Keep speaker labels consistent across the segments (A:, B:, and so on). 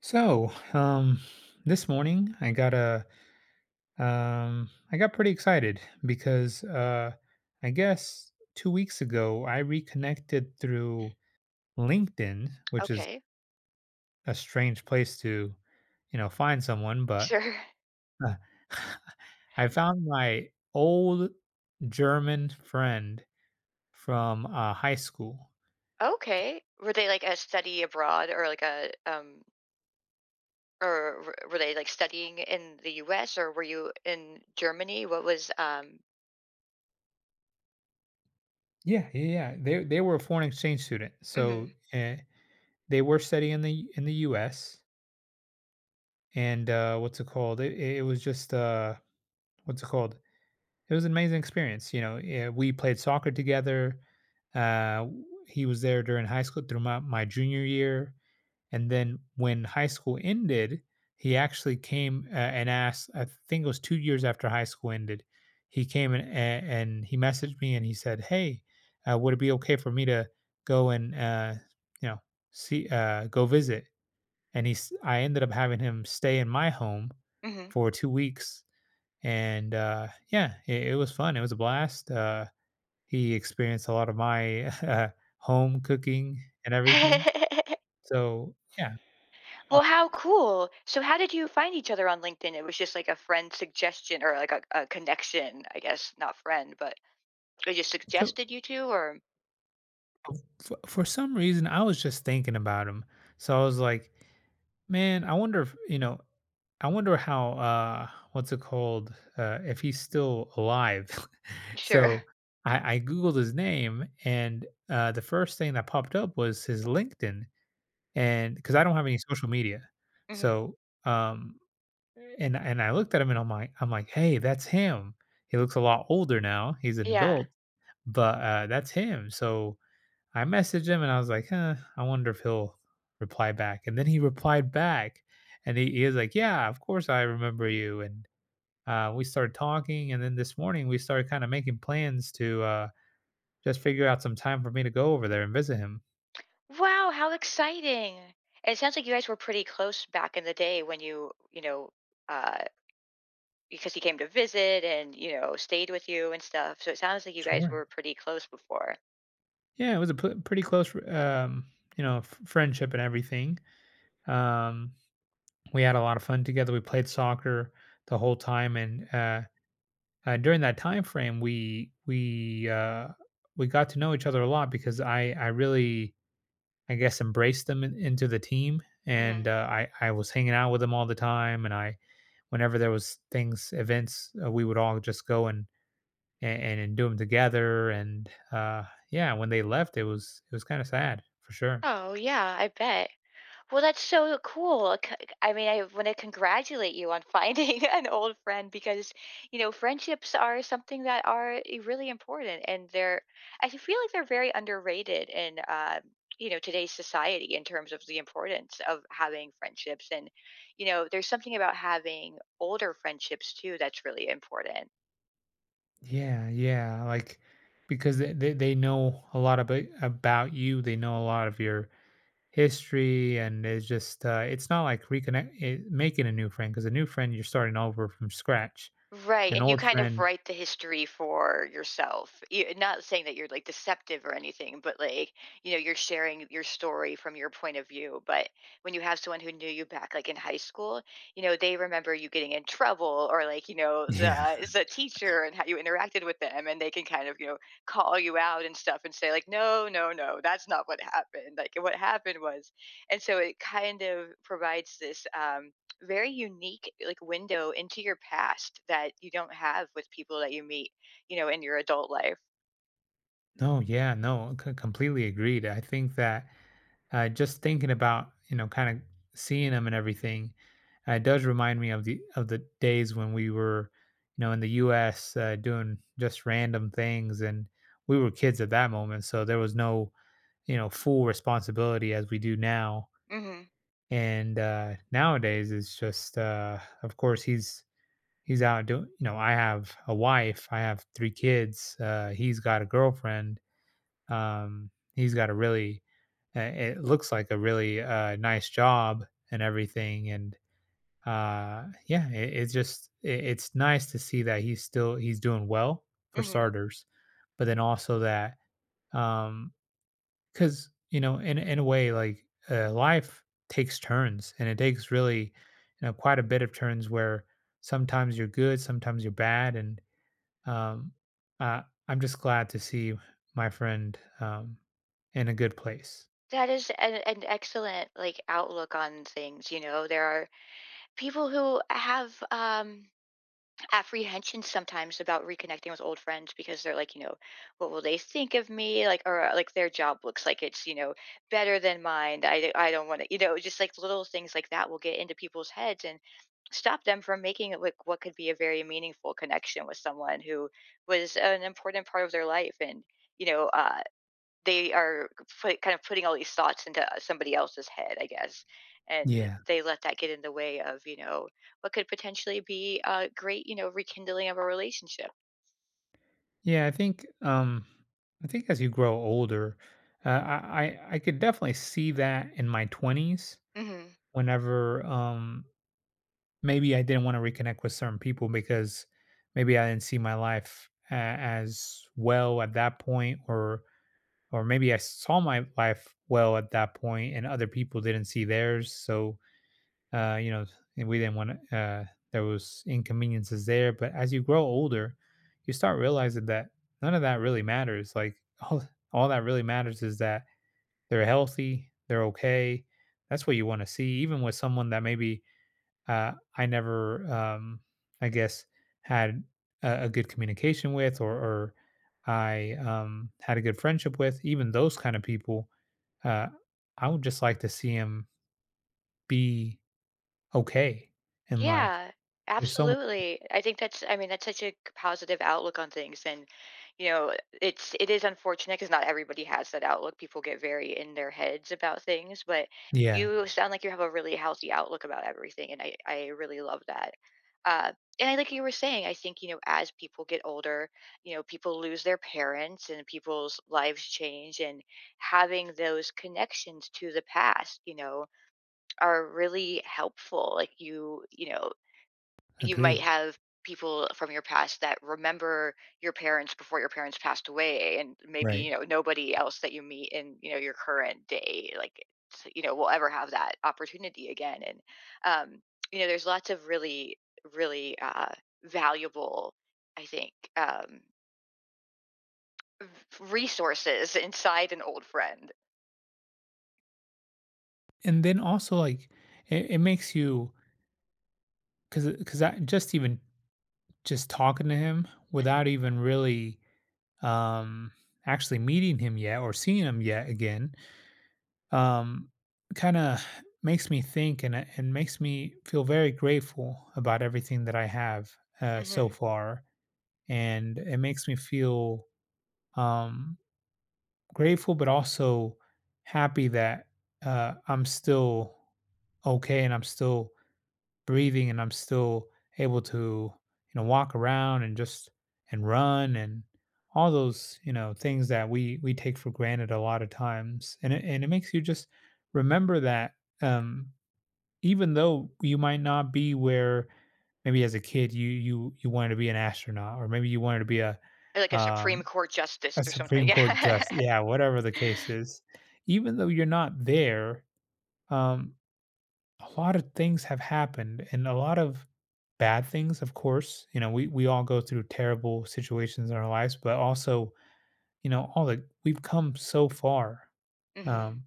A: So, this morning I got I got pretty excited because I guess 2 weeks ago I reconnected through LinkedIn, which is
B: Okay.
A: a strange place to, find someone. But
B: Sure.
A: uh, I found my old German friend from high school.
B: Okay. Were they like a study abroad or like a were they like studying in the US or were you in Germany? What was
A: Yeah, yeah, yeah. They were a foreign exchange student, so
B: Mhm.
A: they were studying in the U.S. And what's it called it, it was just what's it called it was an amazing experience, you know. Yeah, we played soccer together. He was there during high school through my junior year, and then when high school ended, he actually came and asked, I think it was 2 years after high school ended, he came and he messaged me and he said, hey, would it be okay for me to go and you know see, go visit. And he's I ended up having him stay in my home
B: Mhm.
A: for 2 weeks, and yeah, it was fun. It was a blast. He experienced a lot of my home cooking and everything. So yeah,
B: Well,
A: fun.
B: how cool. So how did you find each other on LinkedIn? It was just like a friend suggestion or like a connection, I guess, not friend, but they just
A: So
B: suggested you two or
A: for some reason, I was just thinking about him, so I was like, man, I wonder if, you know, I wonder how, what's it called? If he's still alive.
B: sure.
A: So I Googled his name, and the first thing that popped up was his LinkedIn. And because I don't have any social media.
B: Hmm.
A: So, um, and I looked at him and I'm like, hey, that's him. He looks a lot older now. He's an
B: Yeah.
A: adult, but that's him. So I messaged him and I was like, huh, I wonder if he'll reply back. And then he replied back and he was like, yeah, of course I remember you. And we started talking. And then this morning we started kind of making plans to just figure out some time for me to go over there and visit him.
B: Wow, how exciting. And it sounds like you guys were pretty close back in the day when you know, uh, because he came to visit and, you know, stayed with you and stuff. So it sounds like you guys were
A: Sure.
B: pretty close before.
A: Yeah, it was a pretty close, you know, friendship and everything. Um, we had a lot of fun together. We played soccer the whole time, and during that time frame, we got to know each other a lot because I really, I guess, embraced them in, into the team,
B: Hmm.
A: and I was hanging out with them all the time, and I, whenever there was things, events, we would all just go and and do them together, and yeah, when they left, it was kind of sad for sure.
B: Oh, yeah, I bet. Well, that's so cool. I mean, I want to congratulate you on finding an old friend because, you know, friendships are something that are really important and they're, I feel like they're very underrated in, you know, today's society in terms of the importance of having friendships. And, you know, there's something about having older friendships too that's really important.
A: Yeah, yeah, like because they know a lot about you. They know a lot of your history and it's just it's not like reconnect it, making a new friend, because a new friend you're starting over from scratch.
B: Right,
A: An
B: and you
A: old
B: kind of
A: friend,
B: write the history for yourself. You, not saying that you're like deceptive or anything, but like you know, you're sharing your story from your point of view. But when you have someone who knew you back, like in high school, you know, they remember you getting in trouble or like you know
A: yeah.
B: the teacher and how you interacted with them, and they can kind of you know call you out and stuff and say like, no, no, no, that's not what happened. Like what happened was, and so it kind of provides this, very unique like window into your past that you don't have with people that you meet, you know, in your adult life.
A: No, yeah. No, completely agreed. I think that just thinking about, you know, kind of seeing them and everything, it does remind me of the days when we were, you know, in the US, doing just random things, and we were kids at that moment, so there was no, you know, full responsibility as we do now.
B: Mhm.
A: And nowadays it's just of course he's out doing, you know, I have a wife, I have 3 kids. He's got a girlfriend, he's got a really, it looks like a really nice job and everything. And yeah, it's just it's nice to see that he's doing well for
B: Mhm.
A: starters, but then also that, um because, you know, in a way, like, life takes turns and it takes really, you know, quite a bit of turns where sometimes you're good, sometimes you're bad. And um uh, I'm just glad to see my friend in a good place.
B: That is an excellent like outlook on things, you know. There are people who have apprehension sometimes about reconnecting with old friends because they're like, you know, what will they think of me? Like, or like their job looks like it's, you know, better than mine. I don't want to, you know, just like little things like that will get into people's heads and stop them from making it like what could be a very meaningful connection with someone who was an important part of their life and, you know, they are kind of putting all these thoughts into somebody else's head, I guess. And
A: Yeah,
B: they let that get in the way of, you know, what could potentially be a great, you know, rekindling of a relationship.
A: yeah, I think as you grow older, I could definitely see that in my 20s whenever, maybe I didn't want to reconnect with certain people, because maybe I didn't see my life as well at that point, or maybe I saw my life well at that point, and other people didn't see theirs. So you know, and we didn't want to. There was inconveniences there, but as you grow older, you start realizing that none of that really matters. Like all, all that really matters is that they're healthy, they're okay. That's what you want to see, even with someone that maybe I never, I guess, had a good communication with, or I, had a good friendship with. Even those kind of people, uh, I would just like to see them be okay in life.
B: Yeah,
A: There's so much.
B: absolutely. I think that's I mean, that's such a positive outlook on things. And, you know, it's it is unfortunate because not everybody has that outlook. People get very in their heads about things, but
A: Yeah,
B: you sound like you have a really healthy outlook about everything. And I really love that. Uh, and I like you were saying, I think, you know, as people get older, you know, people lose their parents and people's lives change and having those connections to the past, you know, are really helpful like you know you might
A: agreed.
B: have people from your past that remember your parents before your parents passed away and maybe you
A: Right.
B: know nobody else that you meet in you know your current day like you know will ever have that opportunity again and um you know there's lots of really really valuable I think v- resources inside an old friend.
A: And then also, like, it makes you, because I just, even just talking to him
B: Hmm.
A: without even really, um actually meeting him yet or seeing him yet again, um, kind of makes me think and and makes me feel very grateful about everything that I have so
B: Hmm.
A: far, and it makes me feel, um, grateful, but also happy that I'm still okay and I'm still breathing and I'm still able to, you know, walk around and just, and run, and all those, you know, things that we take for granted a lot of times. And and it makes you just remember that, um even though you might not be where, maybe as a kid you you wanted to be an astronaut, or maybe you wanted to be a,
B: Like a Supreme
A: um
B: Court justice
A: a
B: or something.
A: Supreme
B: Yeah.
A: Court justice, yeah, whatever the case is. Even though you're not there, um a lot of things have happened, and a lot of bad things, of course, you know, we all go through terrible situations in our lives. But also, you know, all the, we've come so far,
B: Hmm.
A: um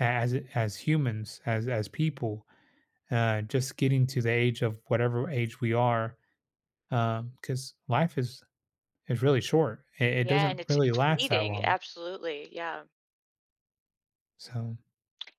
A: as humans, as people, just getting to the age of whatever age we are, because life is really short. It
B: Yeah,
A: doesn't
B: and
A: really
B: it's
A: last that
B: fleeting,
A: long.
B: absolutely. Yeah.
A: So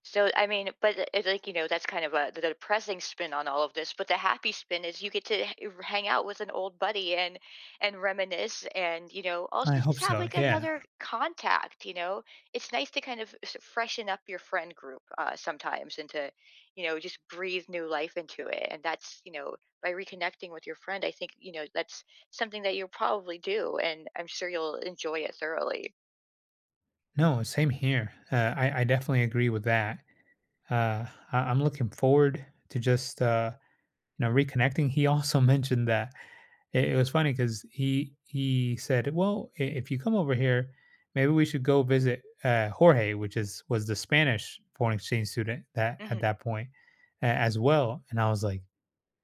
B: So I mean, but it's like you know, that's kind of a the depressing spin on all of this. But the happy spin is you get to hang out with an old buddy and reminisce, and you know,
A: I
B: also just
A: hope
B: have
A: so,
B: like
A: yeah.
B: another contact. You know, it's nice to kind of freshen up your friend group sometimes, and to you know just breathe new life into it. And that's you know by reconnecting with your friend, I think you know that's something that you'll probably do, and I'm sure you'll enjoy it thoroughly.
A: No, same here. I definitely agree with that. uh, I'm looking forward to just, you know, reconnecting. He also mentioned that, it was funny because he said, "Well, if you come over here, maybe we should go visit Jorge," which is was the Spanish foreign exchange student that at
B: Mhm.
A: that point as well. And I was like,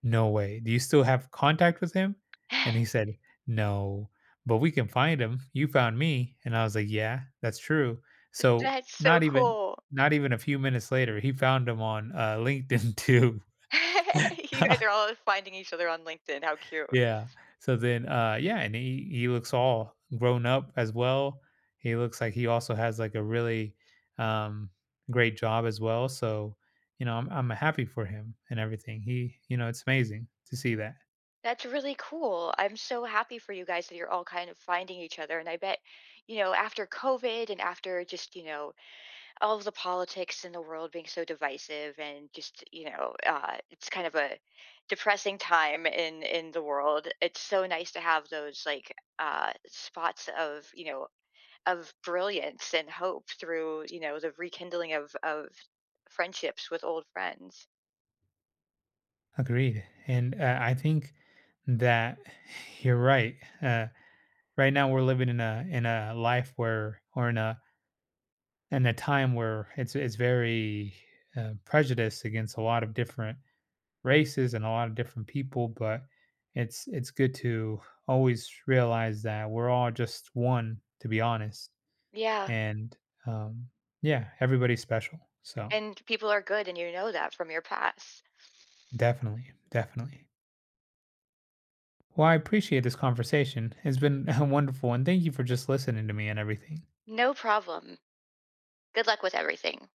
A: "No way. Do you still have contact with him?" And he said, "No, but we can find him. You found me." And I was like, "Yeah, that's true." So,
B: That's so
A: not even
B: cool.
A: not even a few minutes later, he found him on, LinkedIn too.
B: You guys are all finding each other on LinkedIn. How cute.
A: Yeah. So then, yeah, and he looks all grown up as well. He looks like he also has, like, a really, um, great job as well. So, you know, I'm happy for him and everything. He you know, it's amazing to see that.
B: That's really cool. I'm so happy for you guys that you're all kind of finding each other. And I bet, you know, after COVID and after just, you know, all of the politics in the world being so divisive and just, you know, it's kind of a depressing time in the world. It's so nice to have those like spots of, you know, of brilliance and hope through, you know, the rekindling of friendships with old friends.
A: Agreed. And I think that you're right. Uh, right now we're living in a, life where, or in a, time where it's very, prejudiced against a lot of different races and a lot of different people, but it's good to always realize that we're all just one, to be honest.
B: Yeah,
A: And um, yeah, everybody's special. So
B: and people are good and you know that from your past.
A: definitely, definitely. Well, I appreciate this conversation. It's been wonderful, and thank you for just listening to me and everything.
B: No problem. Good luck with everything.